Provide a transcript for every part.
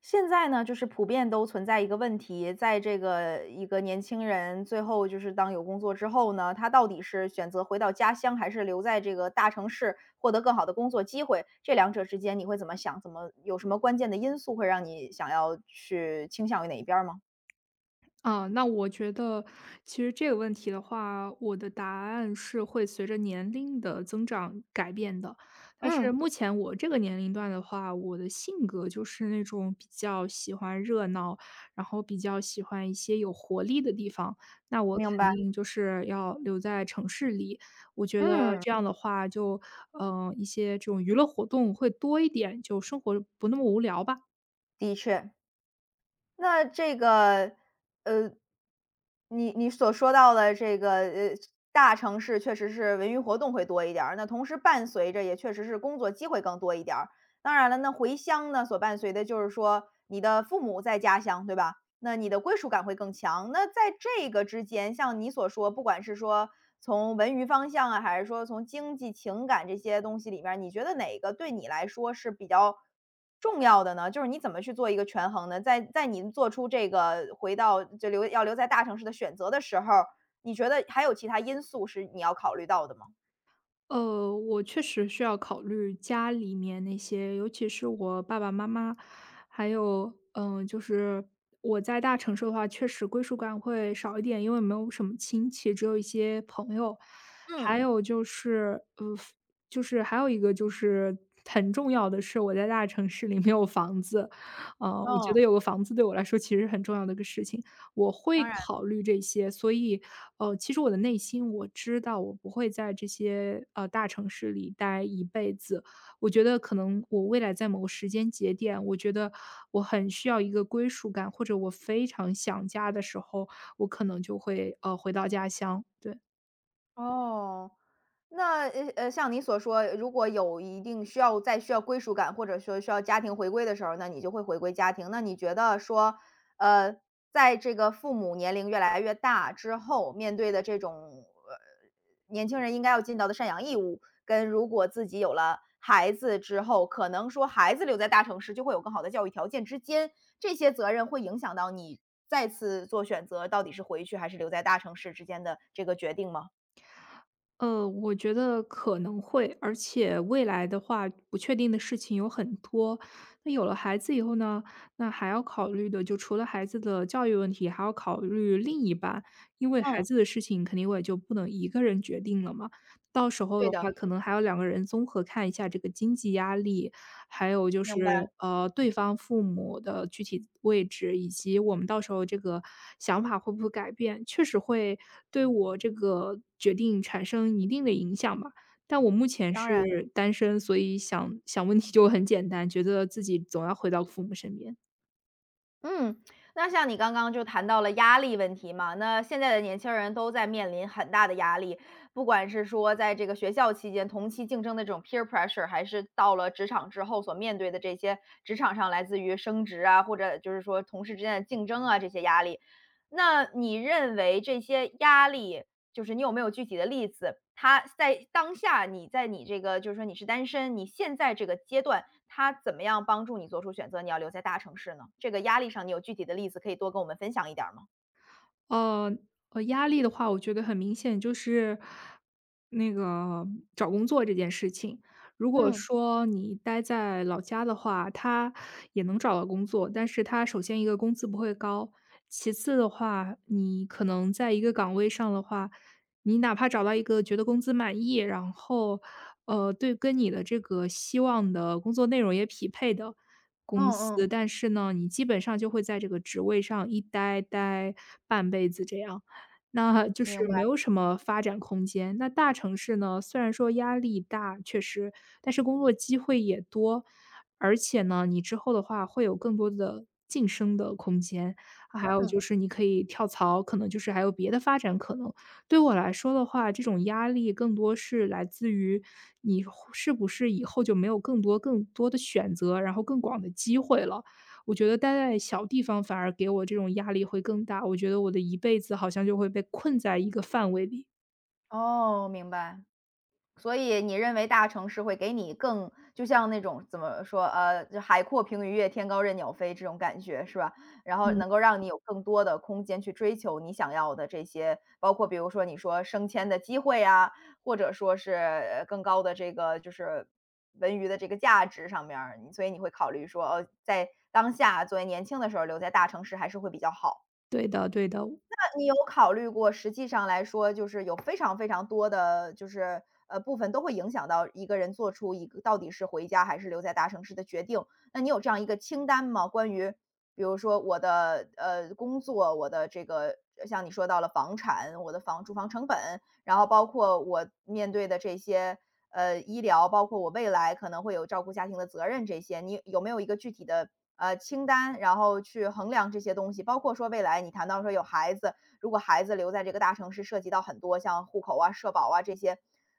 现在呢，就是普遍都存在一个问题，在这个一个年轻人最后就是当有工作之后呢，他到底是选择回到家乡，还是留在这个大城市获得更好的工作机会？这两者之间你会怎么想？怎么有什么关键的因素会让你想要去倾向于哪一边儿吗？啊，那我觉得其实这个问题的话，我的答案是会随着年龄的增长改变的。但是嗯，目前我这个年龄段的话，我的性格就是那种比较喜欢热闹，然后比较喜欢一些有活力的地方。那我明肯白。定就是要留在城市里。我觉得嗯，这样的话就，一些这种娱乐活动会多一点，就生活不那么无聊吧。的确。那这个，呃，你所说到的这个，大城市确实是文娱活动会多一点儿，那同时伴随着也确实是工作机会更多一点儿。当然了，那回乡呢，所伴随的就是说你的父母在家乡，对吧？那你的归属感会更强。那在这个之间，像你所说，不管是说从文娱方向啊，还是说从经济、情感这些东西里面儿你觉得哪个对你来说是比较重要的呢？就是你怎么去做一个权衡呢？在你做出这个回到就留要留在大城市的选择的时候儿你觉得还有其他因素是你要考虑到的吗？我确实需要考虑家里面那些，尤其是我爸爸妈妈，还有，我在大城市的话，确实归属感会少一点，因为没有什么亲戚，只有一些朋友。还嗯。有就是，就是还有一个就是很重要的是，我在大城市里没有房子，我觉嗯，得有个房子对我来说其实很重要的一个事情。我会当然。考虑这些。所以，其实我的内心我知道我不会在这些，大城市里待一辈子。我觉得可能我未来在某个时间节点，我觉得我很需要一个归属感，或者我非常想家的时候，我可能就会，回到家乡，对。哦。那像你所说，如果有一定需要在需要归属感，或者说需要家庭回归的时候，那你就会回归家庭。那你觉得说，呃，在这个父母年龄越来越大之后，面对的这种年轻人应该要尽到的赡养义务，跟如果自己有了孩子之后，可能说孩子留在大城市就会有更好的教育条件之间，这些责任会影响到你再次做选择，到底是回去还是留在大城市之间的这个决定吗？我觉得可能会，而且未来的话，不确定的事情有很多。那有了孩子以后呢，那还要考虑的就除了孩子的教育问题，还要考虑另一半，因为孩嗯，子的事情肯定我也就不能一个人决定了嘛。到时候对的话，的。可能还要两个人综合看一下这个经济压力，还有就是，明白，对方父母的具体位置，以及我们到时候这个想法会不会改变，确实会对我这个决定产生一定的影响吧。但我目前当然。是单身，所以想想问题就很简单，觉得自己总要回到父母身边。嗯，那像你刚刚就谈到了压力问题嘛，那现在的年轻人都在面临很大的压力，不管是说在这个学校期间同期竞争的这种 peer pressure，还是到了职场之后所面对的这些职场上来自于升职啊，或者就是说同事之间的竞争啊这些压力。那你认为这些压力就是你有没有具体的例子，他在当下你在你这个就是说你是单身，你现在这个阶段，他怎么样帮助你做出选择，你要留在大城市呢？这个压力上你有具体的例子可以多跟我们分享一点儿吗？呃压力的话，我觉得很明显就是那个找工作这件事情。如果嗯，说你待在老家的话，他也能找到工作，但是他首先一个工资不会高，其次的话，你可能在一个岗位上的话，你哪怕找到一个觉得工资满意，然后对跟你的这个希望的工作内容也匹配的，嗯公司，嗯，但是呢，你基本上就会在这个职位上一待半辈子这样，那就是明没白。有什么发展空间。那大城市呢，虽然说压力大，确实，但是工作机会也多，而且呢，你之后的话会有更多的晋升的空间，还有就是你可以跳槽，可能就是还有别的发展可能。对我来说的话，这种压力更多是来自于你后是不是以后就没有更多的选择，然后更广的机会了？我觉得待在小地方反而给我这种压力会更大，我觉得我的一辈子好像就会被困在一个范围里。哦，明白。所以你认为大城市会给你更就像那种怎么说，就海阔凭鱼跃，天高任鸟飞这种感觉是吧？然后能嗯。够让你有更多的空间去追求你想要的这些，包括比如说你说升迁的机会啊，或者说是，更高的这个就是文娱的这个价值上面儿，你所以你会考虑说，在当下作为年轻的时候留在大城市还是会比较好。对的对的。你有考虑过，实际上来说就是有非常非常多的就是，部分都会影响到一个人做出一个到底是回家还是留在大城市的决定。那你有这样一个清单吗？关于比如说我的，工作，我的这个像你说到了房产，我的住房成本，然后包括我面对的这些，医疗，包括我未来可能会有照顾家庭的责任这些，你有没有一个具体的，清单，然后去衡量这些东西？包括说未来你谈到说有孩子，如果孩子留在这个大城市，涉及到很多像户口啊、社保啊这些，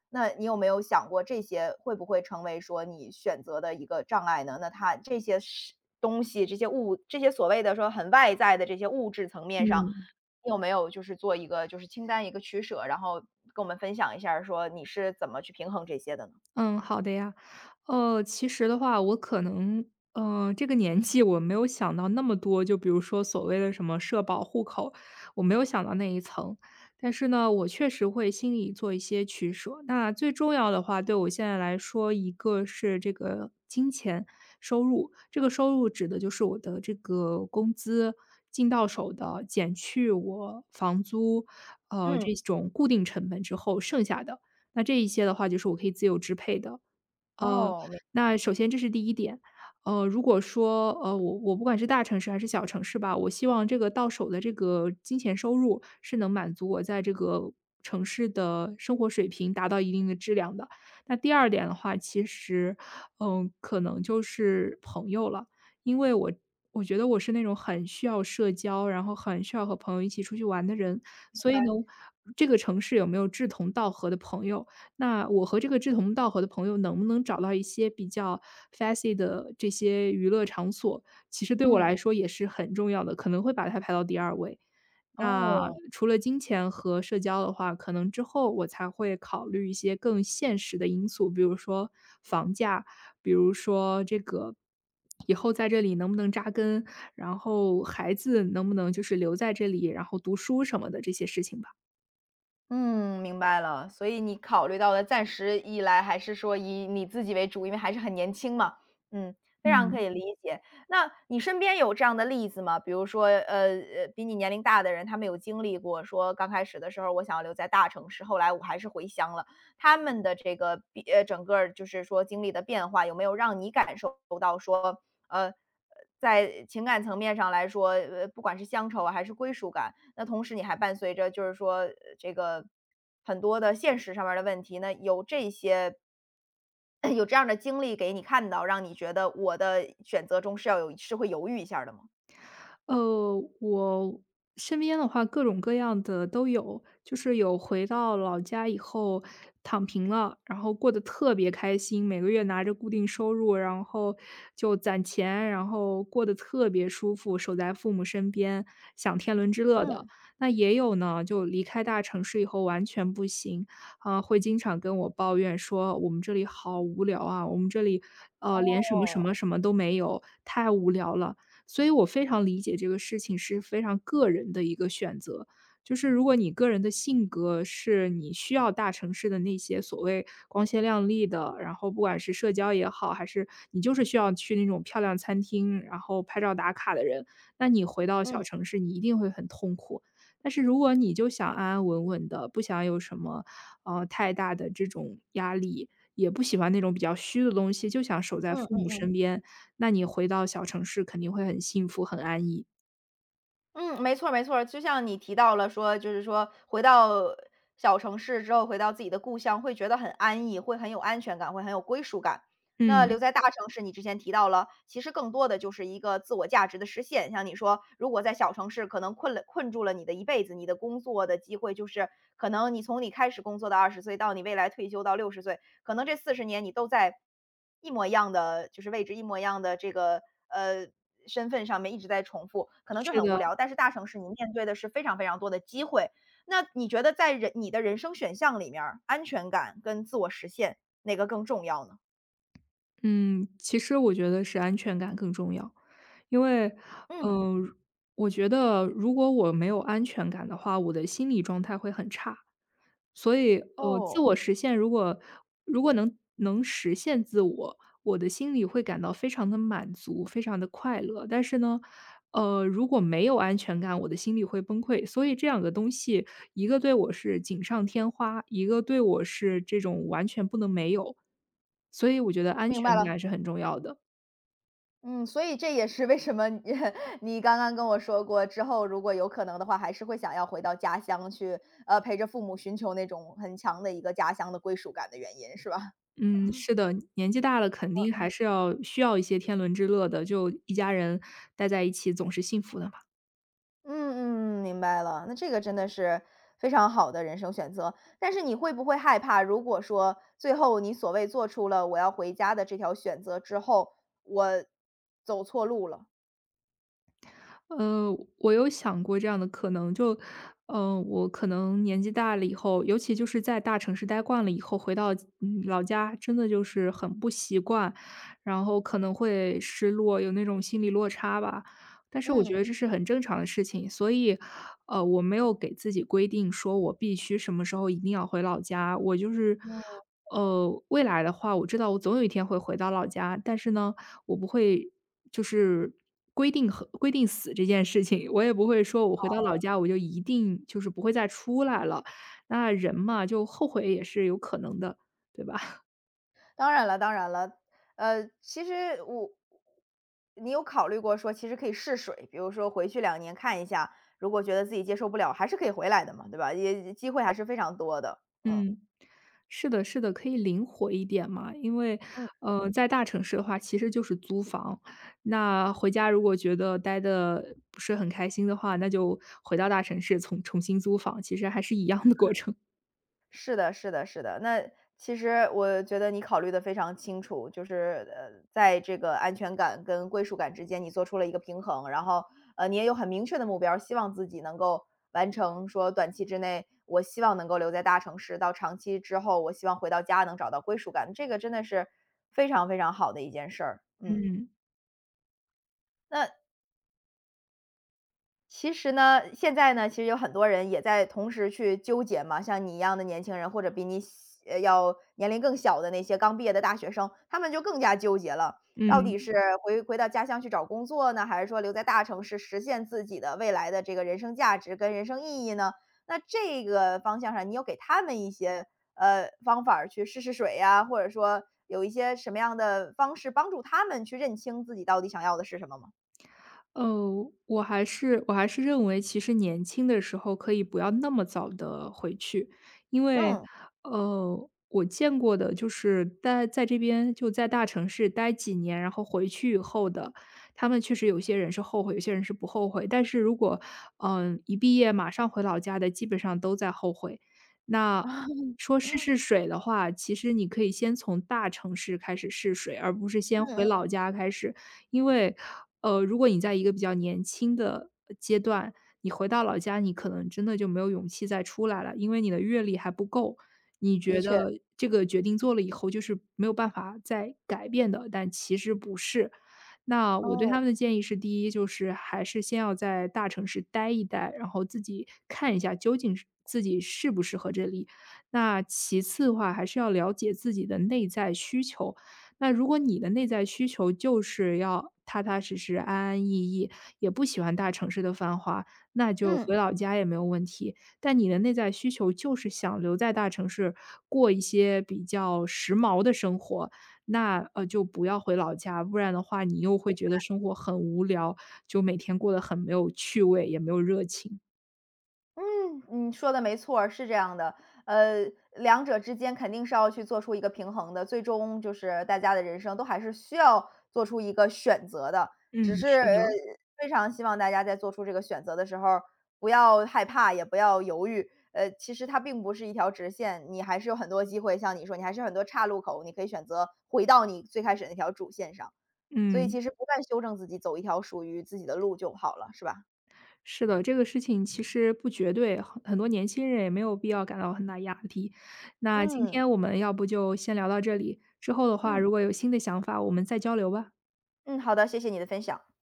那你有没有想过这些会不会成为说你选择的一个障碍呢？那他这些是东西、这些物、这些所谓的说很外在的这些物质层面上，嗯。你有没有就是做一个就是清单一个取舍，然后跟我们分享一下儿说你是怎么去平衡这些的呢？嗯，好的呀。其实的话，我可能，这个年纪我没有想到那么多，就比如说所谓的什么社保、户口，我没有想到那一层。但是呢，我确实会心里做一些取舍。那最重要的话，对我现在来说，一个是这个金钱收入，这个收入指的就是我的这个工资进到手的，减去我房租，这嗯，种固定成本之后剩下的。那这一些的话就是我可以自由支配的。呃，哦，明那首先这是第一点。如果说，我不管是大城市还是小城市吧，我希望这个到手的这个金钱收入是能满足我在这个城市的生活水平达到一定的质量的。那第二点的话，其实，可能就是朋友了。因为我觉得我是那种很需要社交，然后很需要和朋友一起出去玩的人，所以白。呢，这个城市有没有志同道合的朋友那我和这个志同道合的朋友能不能找到一些比较 fancy 的这些娱乐场所，其实对我来嗯。说也是很重要的，可能会把它排到第二位。那哦。除了金钱和社交的话，可能之后我才会考虑一些更现实的因素，比如说房价，比如说这个以后在这里能不能扎根，然后孩子能不能就是留在这里，然后读书什么的这些事情吧。嗯，明白了。所以你考虑到的暂时以来还是说以你自己为主，因为还是很年轻嘛。嗯，非常可嗯。以理解。那你身边有这样的例子吗？比如说，比你年龄大的人，他们有经历过说刚开始的时候我想要留在大城市，后来我还是回乡了。他们的这个整个儿就是说经历的变化，有没有让你感受到说，呃，在情感层面上来说，不管是乡愁啊还是归属感，那同时你还伴随着就是说，这个很多的现实上面儿的问题，那有这些 有这样的经历给你看到，让你觉得我的选择中是要有是会犹豫一下儿的吗？我身边的话，各种各样的都有，就是有回到老家以后躺平了，然后过得特别开心，每个月拿着固定收入，然后就攒钱，然后过得特别舒服，守在父母身边，享天伦之乐的。嗯。那也有呢，就离开大城市以后完全不行，啊、会经常跟我抱怨说我们这里好无聊啊，我们这里连什么什么哦。什么都没有，太无聊了。所以我非常理解这个事情是非常个人的一个选择。就是如果你个人的性格是你需要大城市的那些所谓光鲜亮丽的，然后不管是社交也好，还是你就是需要去那种漂亮餐厅，然后拍照打卡的人，那你回到小嗯。城市，你一定会很痛苦。但是如果你就想安安稳稳的，不想有什么太大的这种压力，也不喜欢那种比较虚的东西，就想守在父嗯。母身边，那你回到小城市肯定会很幸福、很安逸。嗯，没错儿，没错儿，就像你提到了说，就是说回到小城市之后，回到自己的故乡，会觉得很安逸，会很有安全感，会很有归属感。那嗯，留在大城市，你之前提到了，其实更多的就是一个自我价值的实现。像你说，如果在小城市可能困住了你的一辈子，你的工作的机会就是可能你从你开始工作到20岁，到你未来退休到60岁，可能这40年你都在一模一样的就是位置，一模一样的这个，呃，身份上面一直在重复，可能就是很无的，聊。但是大城市你面对的是非常非常多的机会，那你觉得你的人生选项里面儿安全感跟自我实现哪个更重要呢？嗯，其实我觉得是安全感更重要。因为，嗯。嗯，我觉得如果我没有安全感的话，我的心理状态会很差。所以，自哦，我实现如果如果能实现自我，我的心里会感到非常的满足，非常的快乐。但是呢，如果没有安全感，我的心里会崩溃。所以这两个东西，一个对我是锦上添花，一个对我是这种完全不能没有。所以我觉得安明白全了。感是很重要的。嗯，所以这也是为什么你 你刚刚跟我说过，之后如果有可能的话，还是会想要回到家乡去，陪着父母寻求那种很强的一个家乡的归属感的原因，是吧？嗯，是的，年纪大了肯定还是要需要一些天伦之乐的，就一家人待在一起总是幸福的嘛。嗯嗯，明白了。那这个真的是非常好的人生选择。但是你会不会害怕，如果说最后你所谓做出了我要回家的这条选择之后，我走错路了？呃，我有想过这样的可能，就，我可能年纪大了以后，尤其就是在大城市待惯了以后，回到老家，真的就是很不习惯，然后可能会失落，有那种心理落差吧。但是我觉得嗯。这是很正常的事情，所以，我没有给自己规定说我必须什么时候一定要回老家，我就是，未来的话，我知道我总有一天会回到老家，但是呢，我不会就是规定死这件事情，我也不会说我回到老家我就一定就是不会再出来了。那人嘛，就后悔也是有可能的，对吧？当然了，当然了，其实，你有考虑过说其实可以试水，比如说回去2年看一下，如果觉得自己接受不了，还是可以回来的嘛，对吧？也机会还是非常多的。嗯。嗯，是的，是的，可以灵活一点嘛，因为嗯。在大城市的话，其实就是租房。那回家如果觉得待的不是很开心的话，那就回到大城市重新租房，其实还是一样的过程。是的，是的，是的。那其实我觉得你考虑的非常清楚，就是在这个安全感跟归属感之间，你做出了一个平衡，然后你也有很明确的目标希望自己能够完成。说短期之内，我希望能够留在大城市，到长期之后，我希望回到家能找到归属感。这个真的是非常非常好的一件事儿。嗯，嗯，那其实呢，现在呢，其实有很多人也在同时去纠结嘛，像你一样的年轻人，或者比你小呃，要年龄更小的那些刚毕业的大学生，他们就更加纠结了，到底嗯，是回到家乡去找工作呢，还是说留在大城市实现自己的未来的这个人生价值跟人生意义呢？那这个方向上，你有给他们一些方法儿去试试水呀，或者说有一些什么样的方式帮助他们去认清自己到底想要的是什么吗？哦，我还是认为其实年轻的时候可以不要那么早的回去。因为，嗯 我见过的就是待在这边就在大城市待几年，然后回去以后的，他们确实有些人是后悔，有些人是不后悔。但是如果，一毕业马上回老家的，基本上都在后悔。那 嗯说试试水的话，其实你可以先从大城市开始试水，而不是先回嗯，老家开始因为，如果你在一个比较年轻的阶段，你回到老家，你可能真的就没有勇气再出来了，因为你的阅历还不够。你 的觉确。得这个决定做了以后就是没有办法再改变的，但其实不是。那我对他哦，们的建议是：第一，就是还是先要在大城市待一待，然后自己看一下究竟是自己适不适合这里。那其次的话，还是要了解自己的内在需求，那如果你的内在需求就是要踏踏实实、安安逸逸，也不喜欢大城市的繁华，那就嗯，回老家也没有问题。但你的内在需求就是想留在大城市过一些比较时髦的生活，那就不要回老家，不然的话你又会觉得生活很无聊，就每天过得很没有趣味，也没有热情。嗯，你说的没错儿，是这样的。呃，两者之间肯定是要去做出一个平衡的，最终就是大家的人生都还是需要做出一个选择的。只嗯，是，是的，非常希望大家在做出这个选择的时候儿不要害怕，也不要犹豫。其实它并不是一条直线，你还是有很多机会，像你说，你还是有很多岔路口，你可以选择回到你最开始那条主线上。所以嗯。其实不断修正自己，走一条属于自己的路就好了，是吧？是的，这个事情其实不绝对，很多年轻人也没有必要感到很大压力。那今嗯，天我们要不就先聊到这里，之后的话，嗯。如果有新的想法，我们再交流吧。嗯，好的，谢谢你的分享。